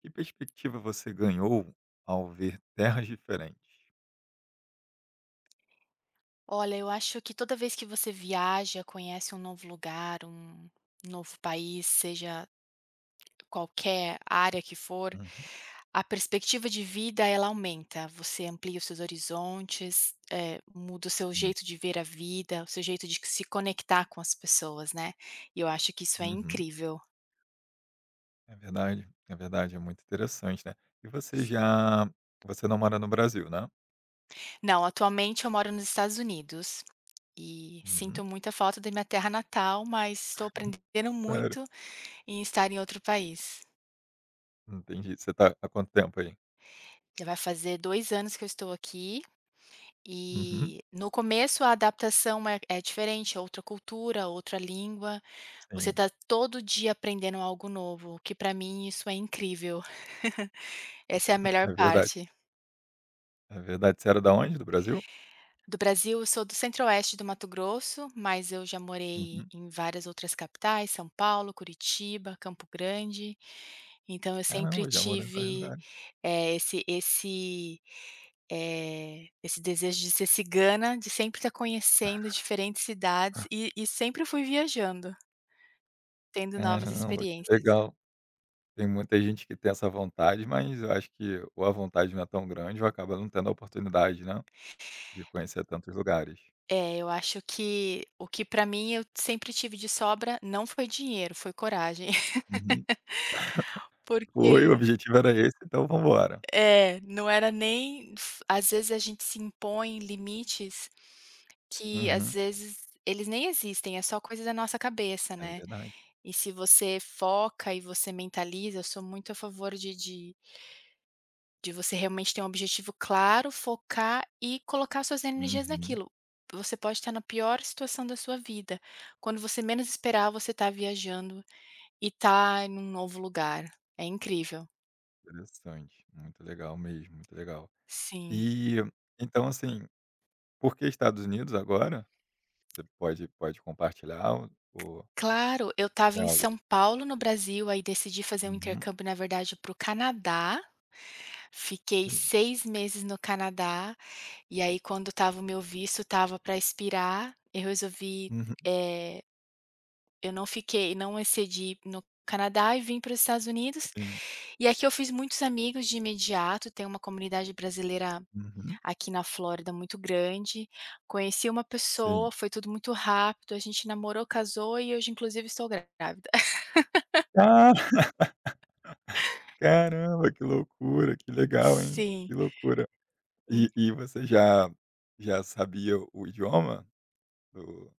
Que perspectiva você ganhou ao ver terras diferentes? Olha, eu acho que toda vez que você viaja, conhece um novo lugar, um novo país, seja qualquer área que for, Uhum. a perspectiva de vida ela aumenta. Você amplia os seus horizontes, muda o seu Sim. jeito de ver a vida, o seu jeito de se conectar com as pessoas, né? E eu acho que isso é Uhum. incrível. É verdade, é verdade, é muito interessante, né. E você já você não mora no Brasil, né? Não, atualmente eu moro nos Estados Unidos e Uhum. sinto muita falta da minha terra natal, mas estou aprendendo Claro. muito em estar em outro país. Entendi. Você tá há quanto tempo aí? Já vai fazer 2 anos que eu estou aqui Uhum. e no começo a adaptação é diferente, é outra cultura, outra língua. Você Sim, está todo dia aprendendo algo novo, que para mim isso é incrível. Essa é a melhor é verdade, parte. é verdade. Você era da onde, do Brasil? Do Brasil, eu sou do centro-oeste do Mato Grosso, mas eu já morei Uhum. em várias outras capitais, São Paulo, Curitiba, Campo Grande. Então eu sempre Caramba, já morou em vários tive, lugares. eh, esse esse, esse desejo de ser cigana, de sempre estar conhecendo diferentes cidades e sempre fui viajando, tendo novas Caramba, que experiências. legal. Tem muita gente que tem essa vontade, mas eu acho que ou a vontade não é tão grande ou acaba não tendo a oportunidade, né, de conhecer tantos lugares. É, eu acho que o que para mim eu sempre tive de sobra não foi dinheiro, foi coragem. Uhum. Foi, o porque objetivo era esse, então vamos embora. Não era nem às vezes a gente se impõe limites que, às Uhum. vezes, eles nem existem, é só coisa da nossa cabeça, É né. verdade. E se você foca e você mentaliza, eu sou muito a favor de você realmente ter um objetivo claro, focar e colocar suas energias Uhum. naquilo. Você pode estar na pior situação da sua vida, quando você menos esperar você está viajando e está em um novo lugar, é incrível. Interessante, muito legal mesmo, muito legal. Sim. E, então assim, por que Estados Unidos agora? Você pode compartilhar o Claro, eu estava é em algo. São Paulo, no Brasil, aí decidi fazer um Uhum, intercâmbio, na verdade, para o Canadá. Fiquei sim. 6 meses no Canadá, e aí quando estava o meu visto, estava para expirar, eu resolvi, Uhum, eh, eu não fiquei, não excedi no Canadá e vim para os Estados Unidos. sim. E aqui eu fiz muitos amigos de imediato, tem uma comunidade brasileira Uhum, aqui na Flórida muito grande. Conheci uma sim. pessoa, foi tudo muito rápido, a gente namorou, casou e hoje, inclusive, estou grávida. Ah, caramba, que loucura, que legal, hein, Sim, que loucura. sim. E você já sabia o idioma do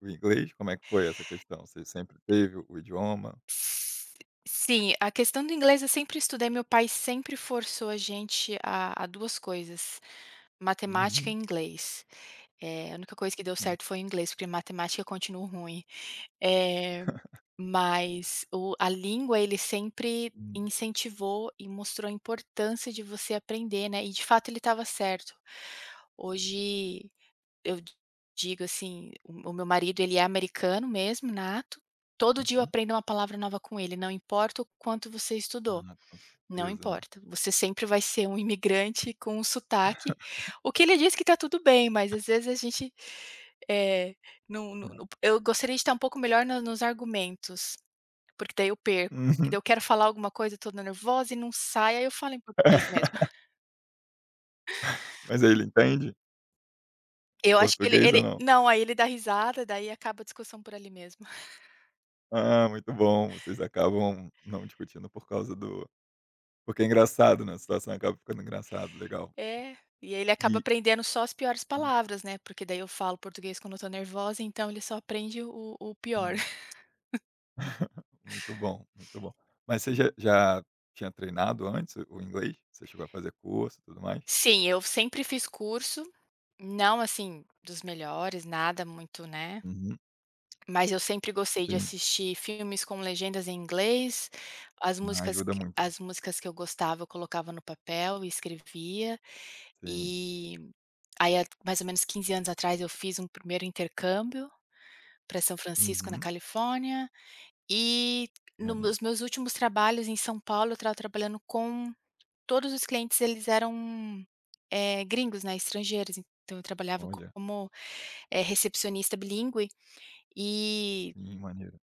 do inglês? Como é que foi essa questão? Você sempre teve o idioma? S sim, a questão do inglês eu sempre estudei, meu pai sempre forçou a gente a 2 coisas, matemática e Uhum, inglês. A única coisa que deu sim. certo foi o inglês, porque matemática eu continuo ruim. Eh, mas o a língua, ele sempre Hum, incentivou e mostrou a importância de você aprender, né, e de fato ele estava certo. Hoje eu digo assim, o meu marido, ele é americano mesmo, nato, todo dia eu uhum. aprendo uma palavra nova com ele, não importa o quanto você estudou, Ah, com não certeza, né. importa, você sempre vai ser um imigrante com um sotaque, o que ele diz que está tudo bem, mas às vezes a gente, eh, não eu gostaria de estar um pouco melhor no nos argumentos, porque daí eu perco, porque daí Uhum. eu quero falar alguma coisa, eu nervosa e não sai, aí eu falo em português mesmo. Mas aí ele entende Eu acho que ele português ou ele não? não, aí ele dá risada, daí acaba a discussão por ali mesmo. Ah, muito bom, vocês acabam não discutindo por causa do porque é engraçado, né, a situação acaba ficando engraçado, legal. É, e aí ele acaba E aprendendo só as piores ah, palavras, né, porque daí eu falo português quando eu tô nervosa, então ele só aprende o pior. sim, muito bom, muito bom. Mas você Sim. já tinha treinado antes o inglês? Você chegou a fazer curso e tudo mais? Sim, eu sempre fiz curso, não assim, dos melhores, nada muito, né, Uhum, mas eu sempre gostei de sim. assistir filmes com legendas em inglês, Ah, ajuda muito. as músicas que eu gostava eu colocava no papel e escrevia, Sim. e aí há mais ou menos 15 anos atrás eu fiz um primeiro intercâmbio para São Francisco, na Uhum. Califórnia. E no meus Maneiro. meus últimos trabalhos em São Paulo, eu estava trabalhando, com todos os clientes eles eram, gringos, né, estrangeiros, então eu trabalhava Olha, como, recepcionista bilíngue, e sim, maneiro.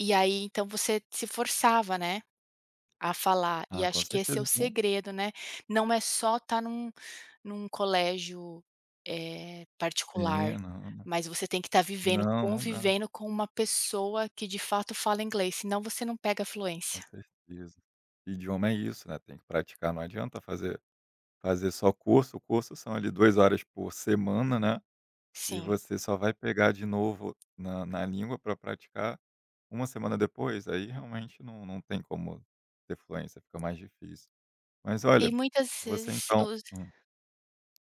e aí então você se forçava, né, a falar, e Ah, com acho que esse certeza é o então. segredo, né, não é só estar num colégio, particular, É, não. mas você tem que estar vivendo, Não, não dá, convivendo com uma pessoa que de fato fala inglês, senão você não pega a com fluência. certeza. Idioma é isso, né, tem que praticar, não adianta fazer só curso, o curso são ali 2 horas por semana, né, e Sim. você só vai pegar de novo na língua para praticar uma semana depois, aí realmente não não tem como ter fluência, fica mais difícil. Mas E olha, muitas você vezes então os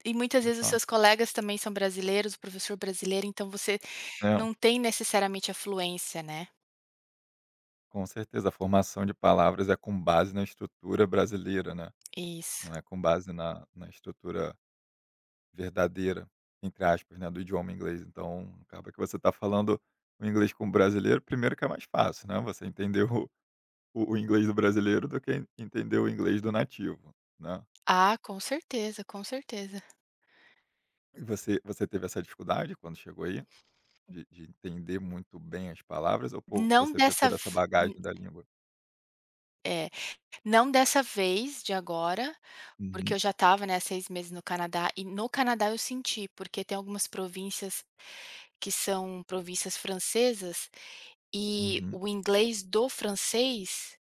e muitas pode vezes os falar. seus colegas também são brasileiros, o professor brasileiro, então você Não, não tem necessariamente a fluência, né. com certeza, a formação de palavras é com base na estrutura brasileira, né, Isso. não é com base na estrutura verdadeira, entre aspas, né, do idioma inglês. Então, acaba que você está falando o inglês com o brasileiro, primeiro que é mais fácil, né, você entender o inglês do brasileiro do que entender o inglês do nativo, né. Ah, com certeza, com certeza. E você teve essa dificuldade quando chegou aí, de entender muito bem as palavras ou por Não você ter dessa toda v essa n bagagem da língua? É, não dessa vez de agora, porque Uhum, eu já estava, né, 6 meses no Canadá e no Canadá eu senti, porque tem algumas províncias que são províncias francesas, e uhum. o inglês do francês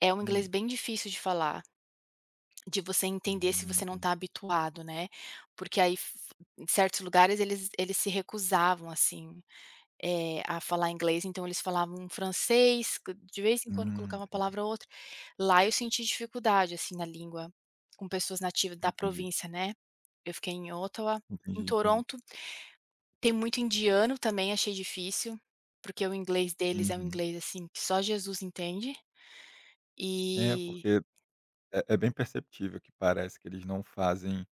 é um inglês Hum, bem difícil de falar. De você entender, se você não entendi. está habituado, né, porque aí f em certos lugares eles se recusavam, assim, a falar inglês, então eles falavam um francês, co de vez em quando colocava uma Entendi, palavra ou outra. Lá eu senti dificuldade, assim, na língua, com pessoas nativas da entendi, província, né. Eu fiquei em Ottawa. Em entendi, entendi. Toronto tem muito indiano também, achei difícil, porque o inglês deles é um Uhum. inglês, assim, que só Jesus entende. É, E porque é bem perceptível que parece que eles não fazem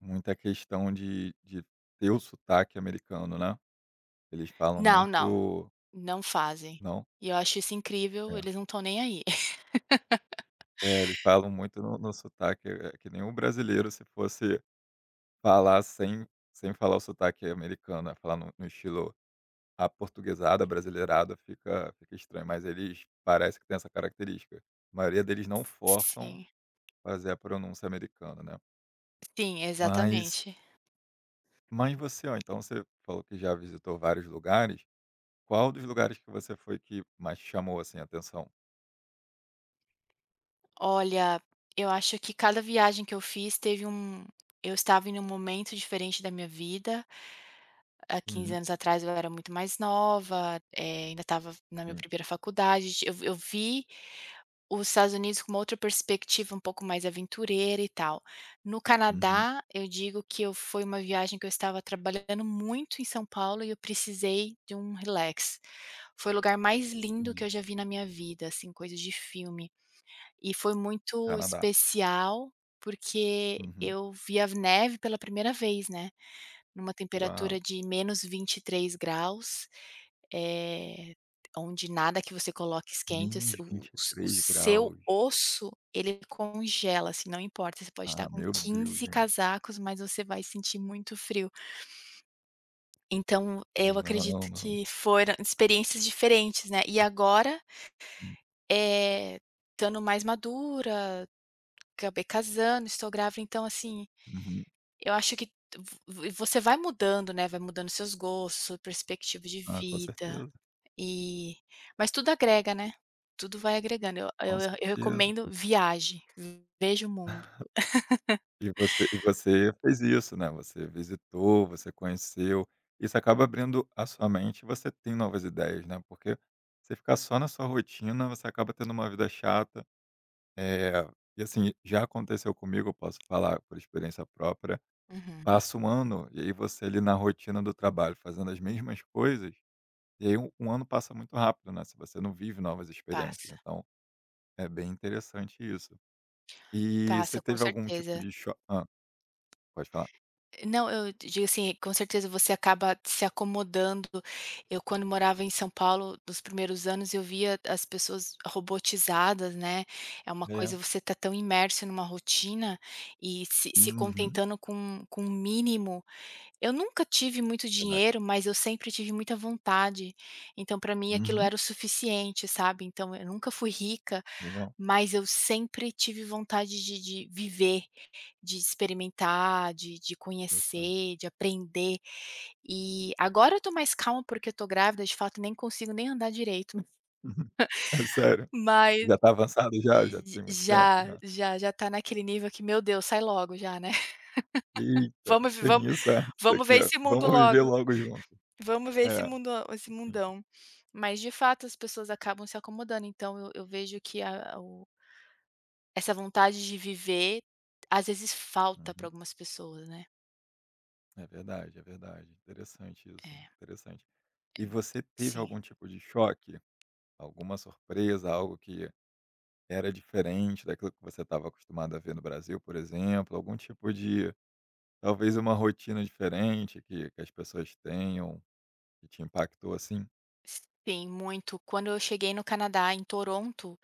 muita questão de ter o sotaque americano, né. Eles falam não, não. muito, Não fazem. não? E eu acho isso incrível, É. eles não estão nem aí. É, eles falam muito no sotaque, é que nem o brasileiro se fosse falar sem falar o sotaque americano, é falar no estilo aportuguesado, brasileirado, fica estranho, mas eles parece que tem essa característica. A maioria deles não forçam Sim, fazer a pronúncia americana, né. sim, Mas exatamente. mas você, ó, então você falou que já visitou vários lugares. Qual dos lugares que você foi que mais te chamou, assim, a atenção? Olha, eu acho que cada viagem que eu fiz teve um eu estava em um momento diferente da minha vida. Há 15 Uhum. anos atrás eu era muito mais nova, ainda estava na minha Sim. primeira faculdade. Eu vi os Estados Unidos com uma outra perspectiva, um pouco mais aventureira e tal. No Uhum. Canadá, eu digo que eu foi uma viagem que eu estava trabalhando muito em São Paulo e eu precisei de um relax. Foi o lugar mais lindo que Entendi. eu já vi na minha vida, assim, coisas de filme. E foi muito Canadá. especial, porque Uhum. eu vi a neve pela primeira vez, né. Numa temperatura Uau. de -23 °C, eh, onde nada que você coloque esquenta, s- o se o -23 seu graus. osso, ele congela, assim, não importa, você pode estar Ah, com meu Deus, 15 gente. casacos, mas você vai sentir muito frio. Então, eu Não, acredito não. que foram experiências diferentes, né. E agora, Sim. eh, estando mais madura, acabei casando, estou grávida, então assim, Uhum. Eu acho que vo você vai mudando, né, vai mudando seus gostos, sua perspectiva de Ah, com vida, certeza, e mas tudo agrega, né, tudo vai agregando. Eu com eu eu certeza, recomendo, com certeza. viaje, veja o mundo. E você fez isso, né, você visitou, você conheceu. Isso acaba abrindo a sua mente e você tem novas ideias, né, porque você ficar só na sua rotina, você acaba tendo uma vida chata. É, e assim, já aconteceu comigo, eu posso falar por experiência própria. Uhum. Passa um ano e aí você ali na rotina do trabalho, fazendo as mesmas coisas, e aí um ano passa muito rápido, né? Se você não vive novas experiências. Passa, Então, é bem interessante isso. E você passa com teve algum tipo certeza. de choque? Ah, pode falar. Não, eu digo assim, com certeza você acaba se acomodando. Eu quando morava em São Paulo, nos primeiros anos, eu via as pessoas robotizadas, né, é uma É. coisa, você tá tão imerso numa rotina e se Uhum, contentando com o mínimo. Eu nunca tive muito verdade. dinheiro, mas eu sempre tive muita vontade, então para mim aquilo Uhum, era o suficiente, sabe. Então eu nunca fui rica, legal, mas eu sempre tive vontade de viver. De experimentar, de interessante. conhecer, de aprender. E agora eu tô mais calma, porque eu tô grávida, de fato, nem consigo nem andar direito, Uhum. É sério? mas Já tá avançado já? Já j tem muito tempo já já? já já tá naquele nível que: "Meu Deus, sai logo já, né. Eita, Vamos vamos tem isso? É? Isso vamos aqui, ver ó. esse mundo Vamos viver logo, logo junto. vamos ver esse É. mundo, esse Entendi. mundão". Mas, de fato, as pessoas acabam se acomodando, então eu vejo que a o essa vontade de viver, às vezes, falta para Uhum. algumas pessoas, né. É verdade, é verdade. Interessante É, isso, hein, é interessante. E você teve sim. algum tipo de choque? Alguma surpresa, algo que era diferente daquilo que você estava acostumado a ver no Brasil, por exemplo? Algum tipo de talvez uma rotina diferente que as pessoas tenham, que te impactou assim? Sim, muito. Quando eu cheguei no Canadá, em Toronto,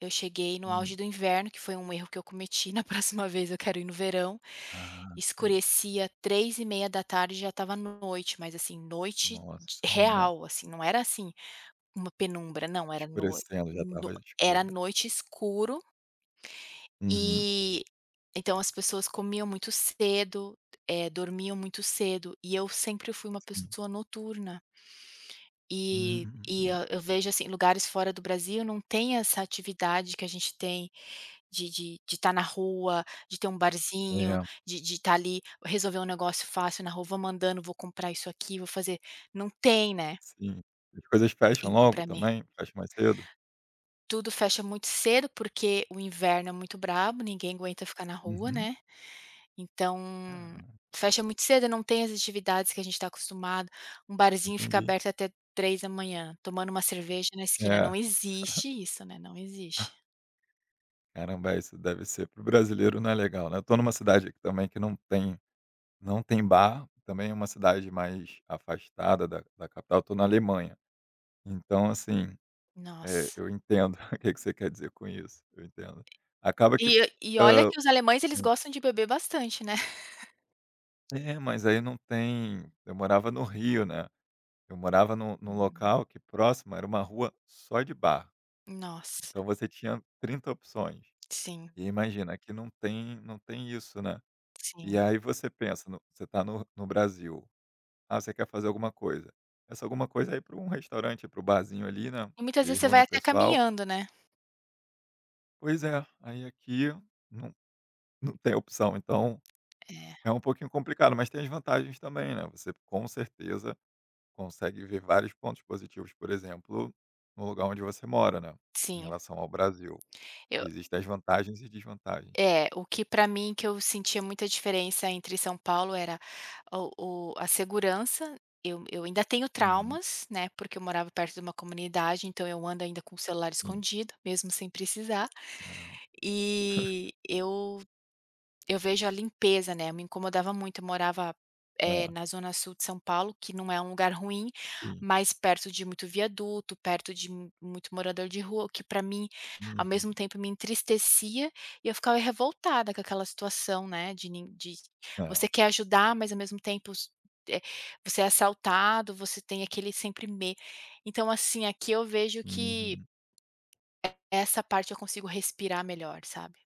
eu cheguei no auge Hum. do inverno, que foi um erro que eu cometi. Na próxima vez eu quero ir no verão. Ah, sim. Escurecia 15h30, já estava noite, mas assim, noite Nossa, de isso é ruim, né. real, assim, não era assim uma penumbra, não, era no Escurecendo, já no estava era escuro. noite, escuro, Uhum. e então as pessoas comiam muito cedo, dormiam muito cedo, e eu sempre fui uma Sim. pessoa noturna. E Uhum. e Uhum. eu eu vejo, assim, lugares fora do Brasil não tem essa atividade que a gente tem de estar na rua, de ter um barzinho, É. de estar ali, resolver um negócio fácil na rua, vou mandando, vou comprar isso aqui, vou fazer, não tem, né. Sim. As coisas fecham Então logo para mim também? Fecham mais cedo? tudo fecha muito cedo, porque o inverno é muito brabo, ninguém aguenta ficar na rua, Uhum. né. Então, Caramba, fecha muito cedo, não tem as atividades que a gente está acostumado. Um barzinho fica entendi. aberto até 3 da manhã, tomando uma cerveja na esquina, É, não existe isso, né, não existe. caramba, isso deve ser para o brasileiro não é legal, né. Eu tô numa cidade aqui também que não tem não tem bar, também é uma cidade mais afastada da da capital, eu tô na Alemanha. Então assim, eh, Nossa. eu entendo o que que você quer dizer com isso, eu entendo. Acaba que, E olha hã que os alemães eles hum, gostam de beber bastante, né. é, mas aí não tem eu morava no Rio, né, eu morava num Hum, local que próximo era uma rua só de bar. nossa, Então você tinha 30 opções. sim, E imagina, aqui não tem, não tem isso, né? E sim. aí você pensa, você está no Brasil, ah, você quer fazer alguma coisa. Essa alguma coisa é ir para um restaurante, para o barzinho ali, né? E muitas E aí vezes você vai reúne o até pessoal. caminhando, né. Pois é, aí aqui não, não tem opção. Então É, é um pouquinho complicado, mas tem as vantagens também, né? Você com certeza consegue ver vários pontos positivos, por exemplo, no lugar onde você mora, né? Em sim. relação ao Brasil. Eu Existem as vantagens e desvantagens. É, o que para mim que eu sentia muita diferença entre São Paulo era o a segurança, eu ainda tenho Uhum, traumas, né, porque eu morava perto de uma comunidade, então eu ando ainda com o celular sim. escondido, mesmo sem precisar. Caramba. E eu vejo a limpeza, né, me incomodava muito, eu morava, É, na zona sul de São Paulo, que não é um lugar ruim, sim. mas perto de muito viaduto, perto de mu muito morador de rua, o que para mim, ao mesmo Uhum. tempo me entristecia, e eu ficava revoltada com aquela situação, né, de nin de você É. quer ajudar, mas ao mesmo tempo eh, você é assaltado, você tem aquele sempre me, então assim, aqui eu vejo que Uhum. essa parte eu consigo respirar melhor, sabe,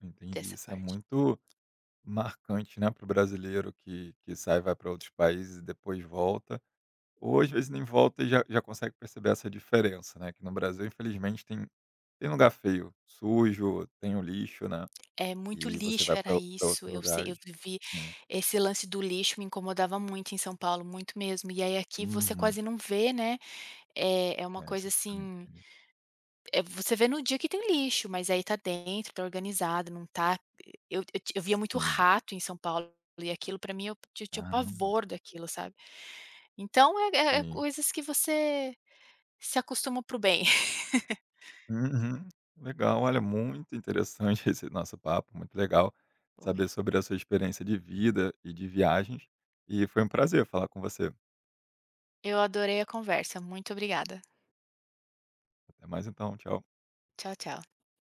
Entendi. dessa Isso é parte. muito marcante, né, para o brasileiro que sai, vai para outros países e depois volta. Ou às vezes nem volta e já consegue perceber essa diferença, né, que no Brasil infelizmente tem tem lugar feio, sujo, tem o lixo, né, É muito e você lixo, vai era para isso. outros Eu se eu lugares. vivi Sim. esse lance do lixo me incomodava muito em São Paulo, muito mesmo. E aí aqui você Uhum. quase não vê, né. É uma É, coisa isso é assim, diferente. Você vê no dia que tem lixo, mas aí tá dentro, tá organizado, não tá, eu via muito Sim. rato em São Paulo e aquilo pra mim eu ti tinha Caramba. pavor daquilo, sabe. Então é Sim. coisas que você se acostuma pro bem. Uhum. Legal, olha, muito interessante esse nosso papo, muito legal Foi. saber sobre a sua experiência de vida e de viagens. E foi um prazer falar com você. Eu adorei a conversa, muito obrigada. Até mais então, tchau. Tchau, tchau.